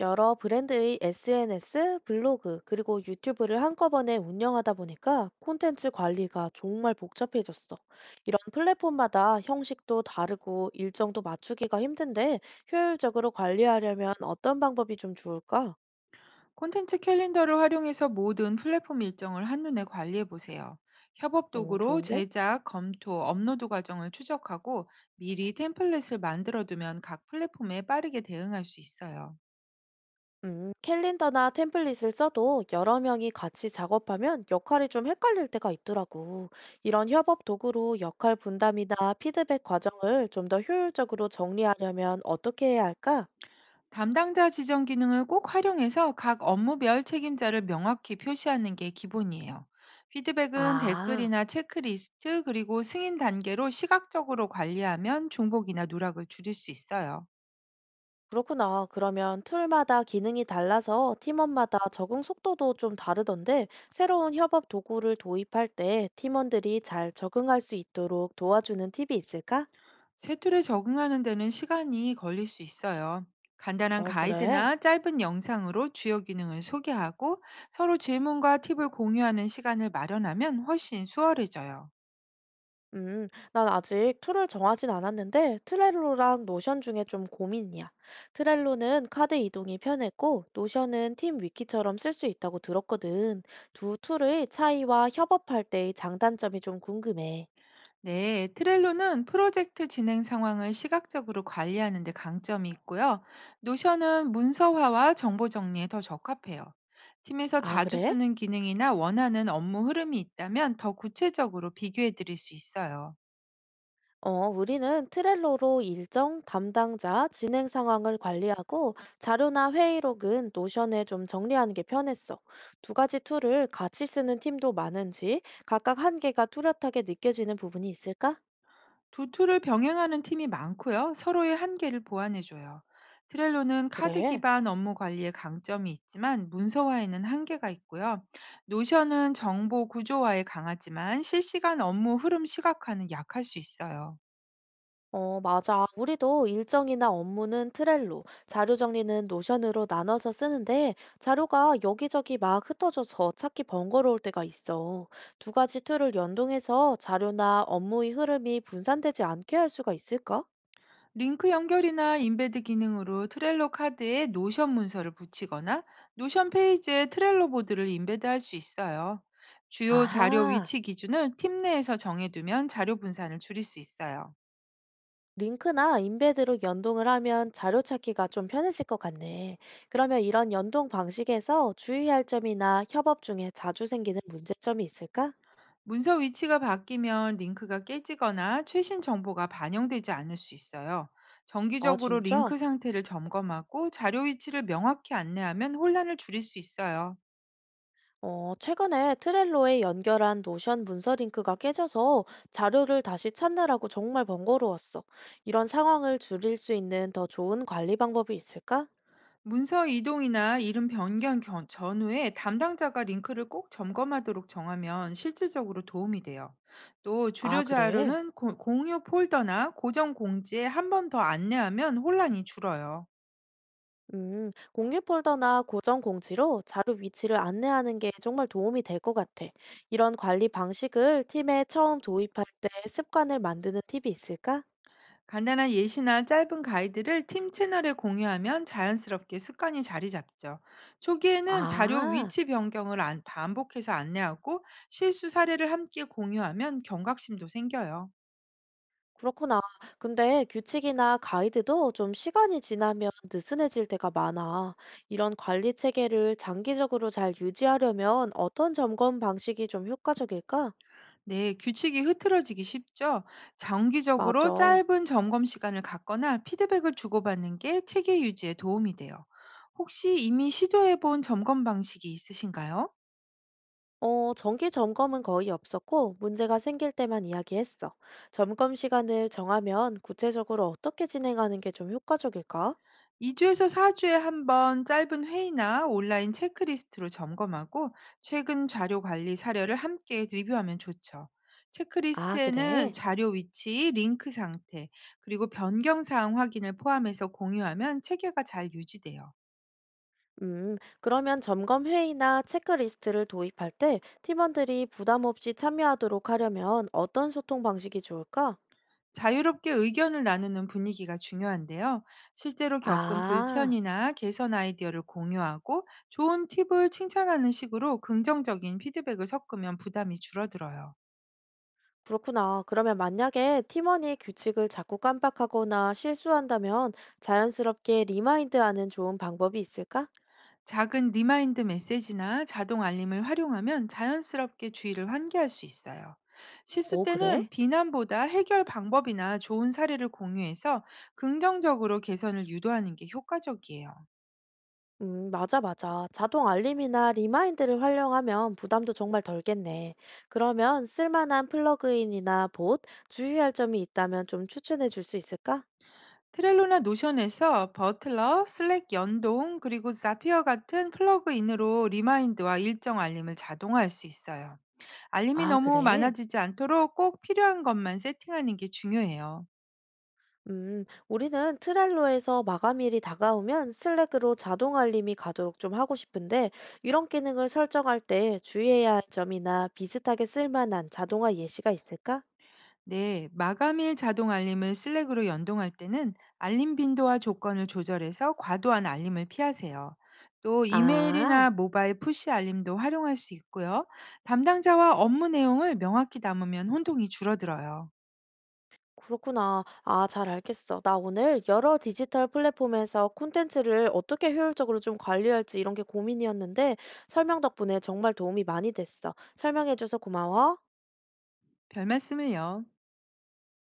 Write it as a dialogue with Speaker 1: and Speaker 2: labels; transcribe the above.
Speaker 1: 여러 브랜드의 SNS, 블로그, 그리고 유튜브를 한꺼번에 운영하다 보니까 콘텐츠 관리가 정말 복잡해졌어. 이런 플랫폼마다 형식도 다르고 일정도 맞추기가 힘든데 효율적으로 관리하려면 어떤 방법이 좀 좋을까?
Speaker 2: 콘텐츠 캘린더를 활용해서 모든 플랫폼 일정을 한눈에 관리해 보세요. 협업
Speaker 1: 오,
Speaker 2: 도구로
Speaker 1: 좋은데?
Speaker 2: 제작, 검토, 업로드 과정을 추적하고 미리 템플릿을 만들어 두면 각 플랫폼에 빠르게 대응할 수 있어요.
Speaker 1: 캘린더나 템플릿을 써도 여러 명이 같이 작업하면 역할이 좀 헷갈릴 때가 있더라고. 이런 협업 도구로 역할 분담이나 피드백 과정을 좀 더 효율적으로 정리하려면 어떻게 해야 할까?
Speaker 2: 담당자 지정 기능을 꼭 활용해서 각 업무별 책임자를 명확히 표시하는 게 기본이에요. 피드백은
Speaker 1: 아,
Speaker 2: 댓글이나 체크리스트 그리고 승인 단계로 시각적으로 관리하면 중복이나 누락을 줄일 수 있어요.
Speaker 1: 그렇구나. 그러면 툴마다 기능이 달라서 팀원마다 적응 속도도 좀 다르던데, 새로운 협업 도구를 도입할 때 팀원들이 잘 적응할 수 있도록 도와주는 팁이 있을까?
Speaker 2: 새 틀에 적응하는 데는 시간이 걸릴 수 있어요. 간단한
Speaker 1: 어, 그래.
Speaker 2: 가이드나 짧은 영상으로 주요 기능을 소개하고 서로 질문과 팁을 공유하는 시간을 마련하면 훨씬 수월해져요.
Speaker 1: 음, 난 아직 툴을 정하진 않았는데, 트렐로랑 노션 중에 좀 고민이야. 트렐로는 카드 이동이 편했고, 노션은 팀 위키처럼 쓸 수 있다고 들었거든. 두 툴의 차이와 협업할 때의 장단점이 좀 궁금해.
Speaker 2: 네, 트렐로는 프로젝트 진행 상황을 시각적으로 관리하는 데 강점이 있고요. 노션은 문서화와 정보 정리에 더 적합해요. 팀에서
Speaker 1: 아,
Speaker 2: 자주
Speaker 1: 그래?
Speaker 2: 쓰는 기능이나 원하는 업무 흐름이 있다면 더 구체적으로 비교해 드릴 수 있어요.
Speaker 1: 어, 우리는 트렐로로 일정, 담당자, 진행 상황을 관리하고 자료나 회의록은 노션에 좀 정리하는 게 편했어. 두 가지 툴을 같이 쓰는 팀도 많은지 각각 한계가 뚜렷하게 느껴지는 부분이 있을까?
Speaker 2: 두툴을 병행하는 팀이 많고요. 서로의 한계를 보완해줘요. 트렐로는 카드
Speaker 1: 그래.
Speaker 2: 기반 업무 관리의 강점이 있지만 문서화에는 한계가 있고요. 노션은 정보 구조화에 강하지만 실시간 업무 흐름 시각화는 약할 수 있어요.
Speaker 1: 어, 맞아. 우리도 일정이나 업무는 트렐로, 자료 정리는 노션으로 나눠서 쓰는데 자료가 여기저기 막 흩어져서 찾기 번거로울 때가 있어. 두 가지 툴을 연동해서 자료나 업무의 흐름이 분산되지 않게 할 수가 있을까?
Speaker 2: 링크 연결이나 인베드 기능으로 트렐로 카드에 노션 문서를 붙이거나 노션 페이지에 트렐로 보드를 인베드할 수 있어요. 주요 자료
Speaker 1: 아하.
Speaker 2: 위치 기준을 팀 내에서 정해두면 자료 분산을 줄일 수 있어요.
Speaker 1: 링크나 인베드로 연동을 하면 자료 찾기가 좀 편해질 것 같네. 그러면 이런 연동 방식에서 주의할 점이나 협업 중에 자주 생기는 문제점이 있을까?
Speaker 2: 문서 위치가 바뀌면 링크가 깨지거나 최신 정보가 반영되지 않을 수 있어요.
Speaker 1: 아,
Speaker 2: 정기적으로
Speaker 1: 진짜?
Speaker 2: 링크 상태를 점검하고 자료 위치를 명확히 안내하면 혼란을 줄일 수 있어요.
Speaker 1: 어, 최근에 트렐로에 연결한 노션 문서 링크가 깨져서 자료를 다시 찾느라고 정말 번거로웠어. 이런 상황을 줄일 수 있는 더 좋은 관리 방법이 있을까?
Speaker 2: 문서 이동이나 이름 변경 전후에 담당자가 링크를 꼭 점검하도록 정하면 실질적으로 도움이 돼요. 또
Speaker 1: 아,
Speaker 2: 주요
Speaker 1: 그래?
Speaker 2: 자료는 공유 폴더나 고정 공지에 한번 더 안내하면 혼란이 줄어요.
Speaker 1: 공유 폴더나 고정 공지로 자료 위치를 안내하는 게 정말 도움이 될 것 같아. 이런 관리 방식을 팀에 처음 도입할 때 습관을 만드는 팁이 있을까?
Speaker 2: 간단한 예시나 짧은 가이드를 팀 채널에 공유하면 자연스럽게 습관이 자리 잡죠. 초기에는 자료
Speaker 1: 아.
Speaker 2: 위치 변경을 반복해서 안내하고 실수 사례를 함께 공유하면 경각심도 생겨요.
Speaker 1: 그렇구나. 근데 규칙이나 가이드도 좀 시간이 지나면 느슨해질 때가 많아. 이런 관리 체계를 장기적으로 잘 유지하려면 어떤 점검 방식이 좀 효과적일까?
Speaker 2: 네, 규칙이 흐트러지기 쉽죠. 장기적으로
Speaker 1: 맞아.
Speaker 2: 짧은 점검 시간을 갖거나 피드백을 주고받는 게 체계 유지에 도움이 돼요. 혹시 이미 시도해 본 점검 방식이 있으신가요?
Speaker 1: 어, 정기 점검은 거의 없었고 문제가 생길 때만 이야기했어. 점검 시간을 정하면 구체적으로 어떻게 진행하는 게 좀 효과적일까?
Speaker 2: 2주에서 4주에 한번 짧은 회의나 온라인 체크리스트로 점검하고 최근 자료 관리 사례를 함께 리뷰하면 좋죠.
Speaker 1: 아,
Speaker 2: 체크리스트에는
Speaker 1: 그래.
Speaker 2: 자료 위치, 링크 상태, 그리고 변경 사항 확인을 포함해서 공유하면 체계가 잘 유지돼요.
Speaker 1: 그러면 점검 회의나 체크리스트를 도입할 때 팀원들이 부담 없이 참여하도록 하려면 어떤 소통 방식이 좋을까?
Speaker 2: 자유롭게 의견을 나누는 분위기가 중요한데요. 실제로 겪은
Speaker 1: 아,
Speaker 2: 불편이나 개선 아이디어를 공유하고 좋은 팁을 칭찬하는 식으로 긍정적인 피드백을 섞으면 부담이 줄어들어요.
Speaker 1: 그렇구나. 그러면 만약에 팀원이 규칙을 자꾸 깜빡하거나 실수한다면 자연스럽게 리마인드하는 좋은 방법이 있을까?
Speaker 2: 작은 리마인드 메시지나 자동 알림을 활용하면 자연스럽게 주의를 환기할 수 있어요. 실수
Speaker 1: 오, 그래?
Speaker 2: 때는 비난보다 해결 방법이나 좋은 사례를 공유해서 긍정적으로 개선을 유도하는 게 효과적이에요.
Speaker 1: 맞아, 맞아. 자동 알림이나 리마인드를 활용하면 부담도 정말 덜겠네. 그러면 쓸만한 플러그인이나 봇, 주의할 점이 있다면 좀 추천해 줄 수 있을까?
Speaker 2: 트렐로나 노션에서 버틀러, 슬랙 연동, 그리고 자피어 같은 플러그인으로 리마인드와 일정 알림을 자동화할 수 있어요. 알림이
Speaker 1: 아,
Speaker 2: 너무
Speaker 1: 그래?
Speaker 2: 많아지지 않도록 꼭 필요한 것만 세팅하는 게 중요해요.
Speaker 1: 우리는 트렐로에서 마감일이 다가오면 슬랙으로 자동 알림이 가도록 좀 하고 싶은데, 이런 기능을 설정할 때 주의해야 할 점이나 비슷하게 쓸만한 자동화 예시가 있을까?
Speaker 2: 네, 마감일 자동 알림을 슬랙으로 연동할 때는 알림 빈도와 조건을 조절해서 과도한 알림을 피하세요. 또
Speaker 1: 아,
Speaker 2: 이메일이나 모바일 푸시 알림도 활용할 수 있고요. 담당자와 업무 내용을 명확히 담으면 혼동이 줄어들어요.
Speaker 1: 그렇구나. 아, 잘 알겠어. 나 오늘 여러 디지털 플랫폼에서 콘텐츠를 어떻게 효율적으로 좀 관리할지 이런 게 고민이었는데, 설명 덕분에 정말 도움이 많이 됐어. 설명해줘서 고마워.
Speaker 2: 별 말씀을요.